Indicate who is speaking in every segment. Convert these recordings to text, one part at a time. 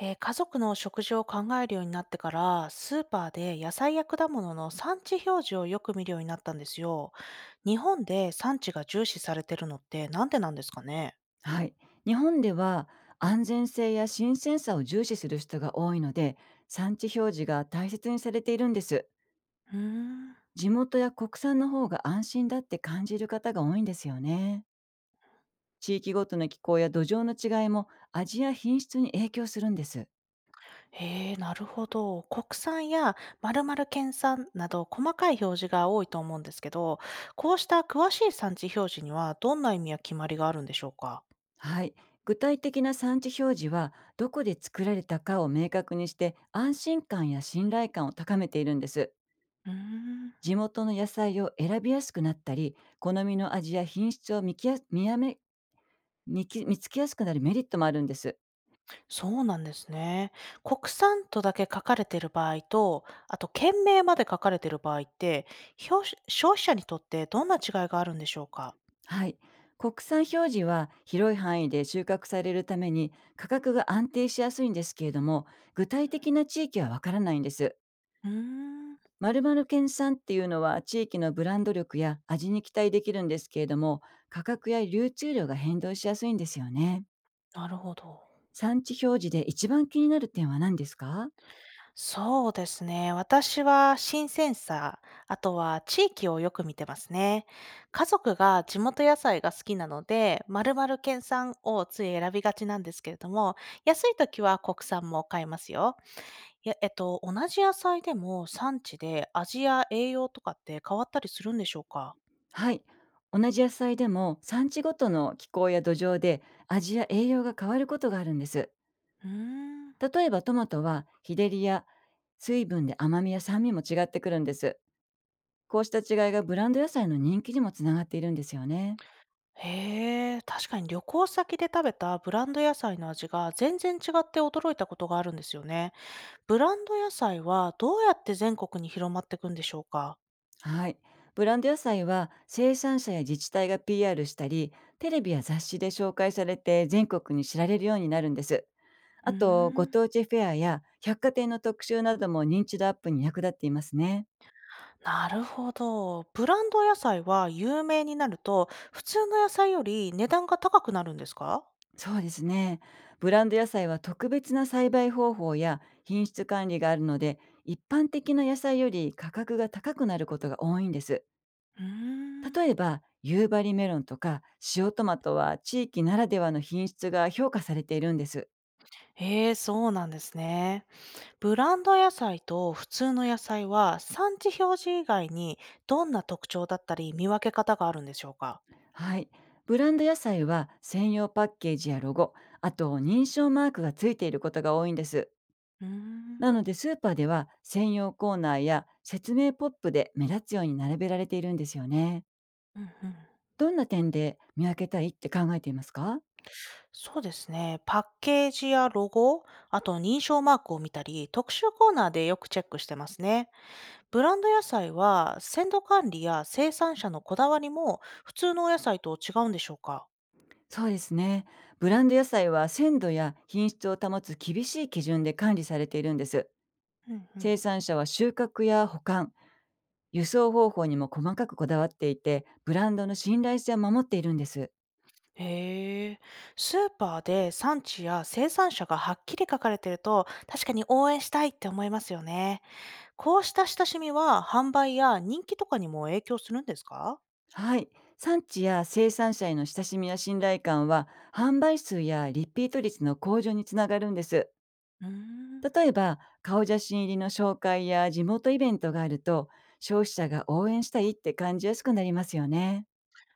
Speaker 1: 家族の食事を考えるようになってから、スーパーで野菜や果物の産地表示をよく見るようになったんですよ。日本で産地が重視されてるのってなんでなんですかね？
Speaker 2: はい。日本では安全性や新鮮さを重視する人が多いので、産地表示が大切にされているんです。
Speaker 1: うーん。
Speaker 2: 地元や国産の方が安心だって感じる方が多いんですよね。地域ごとの気候や土壌の違いも味や品質に影響するんです。
Speaker 1: へえ、なるほど。国産や〇〇県産など細かい表示が多いと思うんですけど、こうした詳しい産地表示にはどんな意味や決まりがあるんでしょうか？
Speaker 2: はい。具体的な産地表示はどこで作られたかを明確にして、安心感や信頼感を高めているんです。
Speaker 1: うーん。
Speaker 2: 地元の野菜を選びやすくなったり、好みの味や品質を見きや見やめ見き見つけやすくなるメリットもあるんです。
Speaker 1: そうなんですね。国産とだけ書かれている場合と、あと県名まで書かれている場合って、表し消費者にとってどんな違いがあるんでしょうか？
Speaker 2: はい。国産表示は広い範囲で収穫されるために価格が安定しやすいんですけれども、具体的な地域はわからないんです。
Speaker 1: うーん、
Speaker 2: 〇〇県産っていうのは地域のブランド力や味に期待できるんですけれども、価格や流通量が変動しやすいんですよね。
Speaker 1: なるほど。
Speaker 2: 産地表示で一番気になる点は何ですか？
Speaker 1: そうですね。私は新鮮さ、あとは地域をよく見てますね。家族が地元野菜が好きなので、丸々県産をつい選びがちなんですけれども、安い時は国産も買いますよ。いや、同じ野菜でも産地で味や栄養とかって変わったりするんでしょうか？
Speaker 2: はい。同じ野菜でも産地ごとの気候や土壌で味や栄養が変わることがあるんです。
Speaker 1: うーん。
Speaker 2: 例えば、トマトは日照りや水分で甘みや酸味も違ってくるんです。こうした違いがブランド野菜の人気にもつながっているんですよね。
Speaker 1: へえ、確かに旅行先で食べたブランド野菜の味が全然違って驚いたことがあるんですよね。ブランド野菜はどうやって全国に広まっていくんでしょうか？
Speaker 2: はい。ブランド野菜は生産者や自治体が PR したり、テレビや雑誌で紹介されて全国に知られるようになるんです。
Speaker 1: うー
Speaker 2: あと、ご
Speaker 1: ん、
Speaker 2: 当地フェアや百貨店の特集なども認知度アップに役立っていますね。
Speaker 1: なるほど。ブランド野菜は有名になると、普通の野菜より値段が高くなるんですか？
Speaker 2: そうですね。ブランド野菜は特別な栽培方法や品質管理があるので、一般的な野菜より価格が高くなることが多いんです。
Speaker 1: うーん。
Speaker 2: 例えば、夕張メロンとか塩トマトは地域ならではの品質が評価されているんです。
Speaker 1: ええ、そうなんですね。ブランド野菜と普通の野菜は産地表示以外にどんな特徴だったり見分け方があるんでしょうか？
Speaker 2: はい。ブランド野菜は専用パッケージやロゴ、あと認証マークがついていることが多いんです。
Speaker 1: うーん、う
Speaker 2: なの
Speaker 1: ん
Speaker 2: で、スーパーでは専用コーナーや説明ポップで目立つように並べられているんですよね。
Speaker 1: うん、
Speaker 2: どんな点で見分けたいって考えていますか？
Speaker 1: そうですね。パッケージやロゴ、あと認証マークを見たり、特集コーナーでよくチェックしてますね。ブランド野菜は鮮度管理や生産者のこだわりも普通のお野菜と違うんでしょうか？
Speaker 2: そうですね。ブランド野菜は鮮度や品質を保つ厳しい基準で管理されているんです。
Speaker 1: うんう
Speaker 2: 生
Speaker 1: ん。
Speaker 2: 産者は収穫や保管、輸送方法にも細かくこだわっていて、ブランドの信頼性を守っているんです。
Speaker 1: へえ、スーパーで産地や生産者がはっきり書かれてると、確かに応援したいって思いますよね。こうした親しみは販売や人気とかにも影響するんですか？
Speaker 2: はい。産地や生産者への親しみや信頼感は、販売数やリピート率の向上につながるんです。
Speaker 1: うーん、
Speaker 2: 例えば、顔写真入りの紹介や地元イベントがあると、消費者が応援したいって感じやすくなりますよね。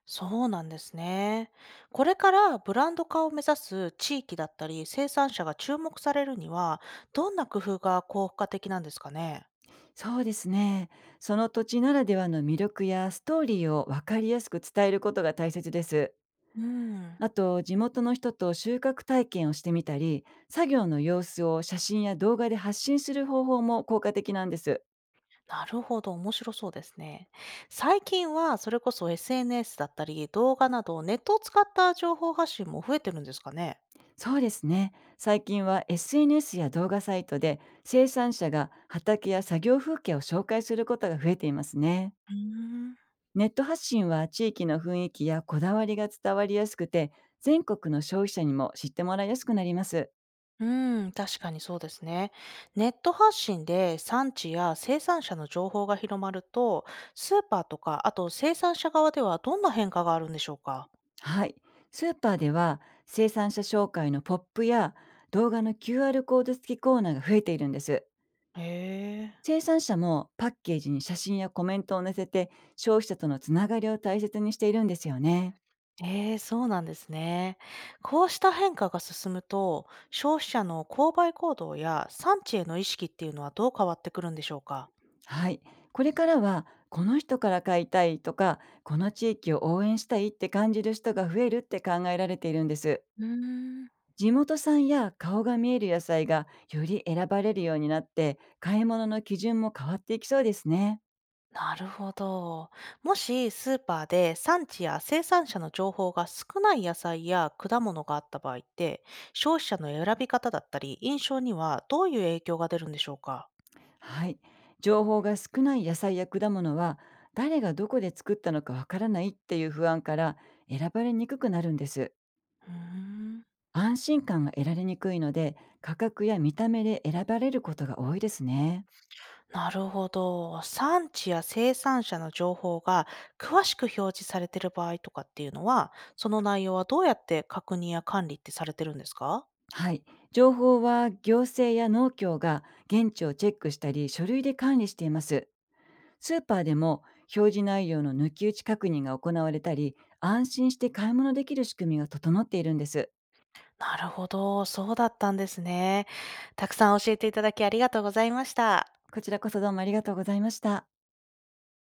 Speaker 1: そうなんですね。これからブランド化を目指す地域だったり生産者が注目されるには、どんな工夫が効果的なんですかね？
Speaker 2: そうですね。その土地ならではの魅力やストーリーを分かりやすく伝えることが大切です。
Speaker 1: うん。
Speaker 2: あと、地元の人と収穫体験をしてみたり、作業の様子を写真や動画で発信する方法も効果的なんです。
Speaker 1: なるほど、面白そうですね。最近はそれこそ SNS だったり、動画などネットを使った情報発信も増えてるんですかね？
Speaker 2: そうですね。最近は SNS や動画サイトで生産者が畑や作業風景を紹介することが増えていますね。
Speaker 1: うーん。
Speaker 2: ネット発信は地域の雰囲気やこだわりが伝わりやすくて、全国の消費者にも知ってもらいやすくなります。
Speaker 1: うん、確かにそうですね。ネット発信で産地や生産者の情報が広まると、スーパーとか、あと生産者側ではどんな変化があるんでしょうか？
Speaker 2: はい。スーパーでは生産者紹介のポップや動画の QR コード付きコーナーが増えているんです。
Speaker 1: へえ。
Speaker 2: 生産者もパッケージに写真やコメントを載せて、消費者とのつながりを大切にしているんですよね。
Speaker 1: ええ、そうなんですね。こうした変化が進むと、消費者の購買行動や産地への意識っていうのはどう変わってくるんでしょうか？
Speaker 2: はい。これからは、この人から買いたいとか、この地域を応援したいって感じる人が増えるって考えられているんです。
Speaker 1: うーん。
Speaker 2: 地元産や顔が見える野菜がより選ばれるようになって、買い物の基準も変わっていきそうですね。
Speaker 1: なるほど。もしスーパーで産地や生産者の情報が少ない野菜や果物があった場合って、消費者の選び方だったり印象にはどういう影響が出るんでしょうか？
Speaker 2: はい。情報が少ない野菜や果物は、誰がどこで作ったのかわからないっていう不安から選ばれにくくなるんです。
Speaker 1: うーん。
Speaker 2: 安心感が得られにくいので、価格や見た目で選ばれることが多いですね。
Speaker 1: なるほど。産地や生産者の情報が詳しく表示されている場合とかっていうのは、その内容はどうやって確認や管理ってされてるんですか？
Speaker 2: はい。情報は行政や農協が現地をチェックしたり書類で管理しています。スーパーでも表示内容の抜き打ち確認が行われたり、安心して買い物できる仕組みが整っているんです。
Speaker 1: なるほど。そうだったんですね。たくさん教えていただきありがとうございました。
Speaker 2: こちらこそどうもありがとうございました。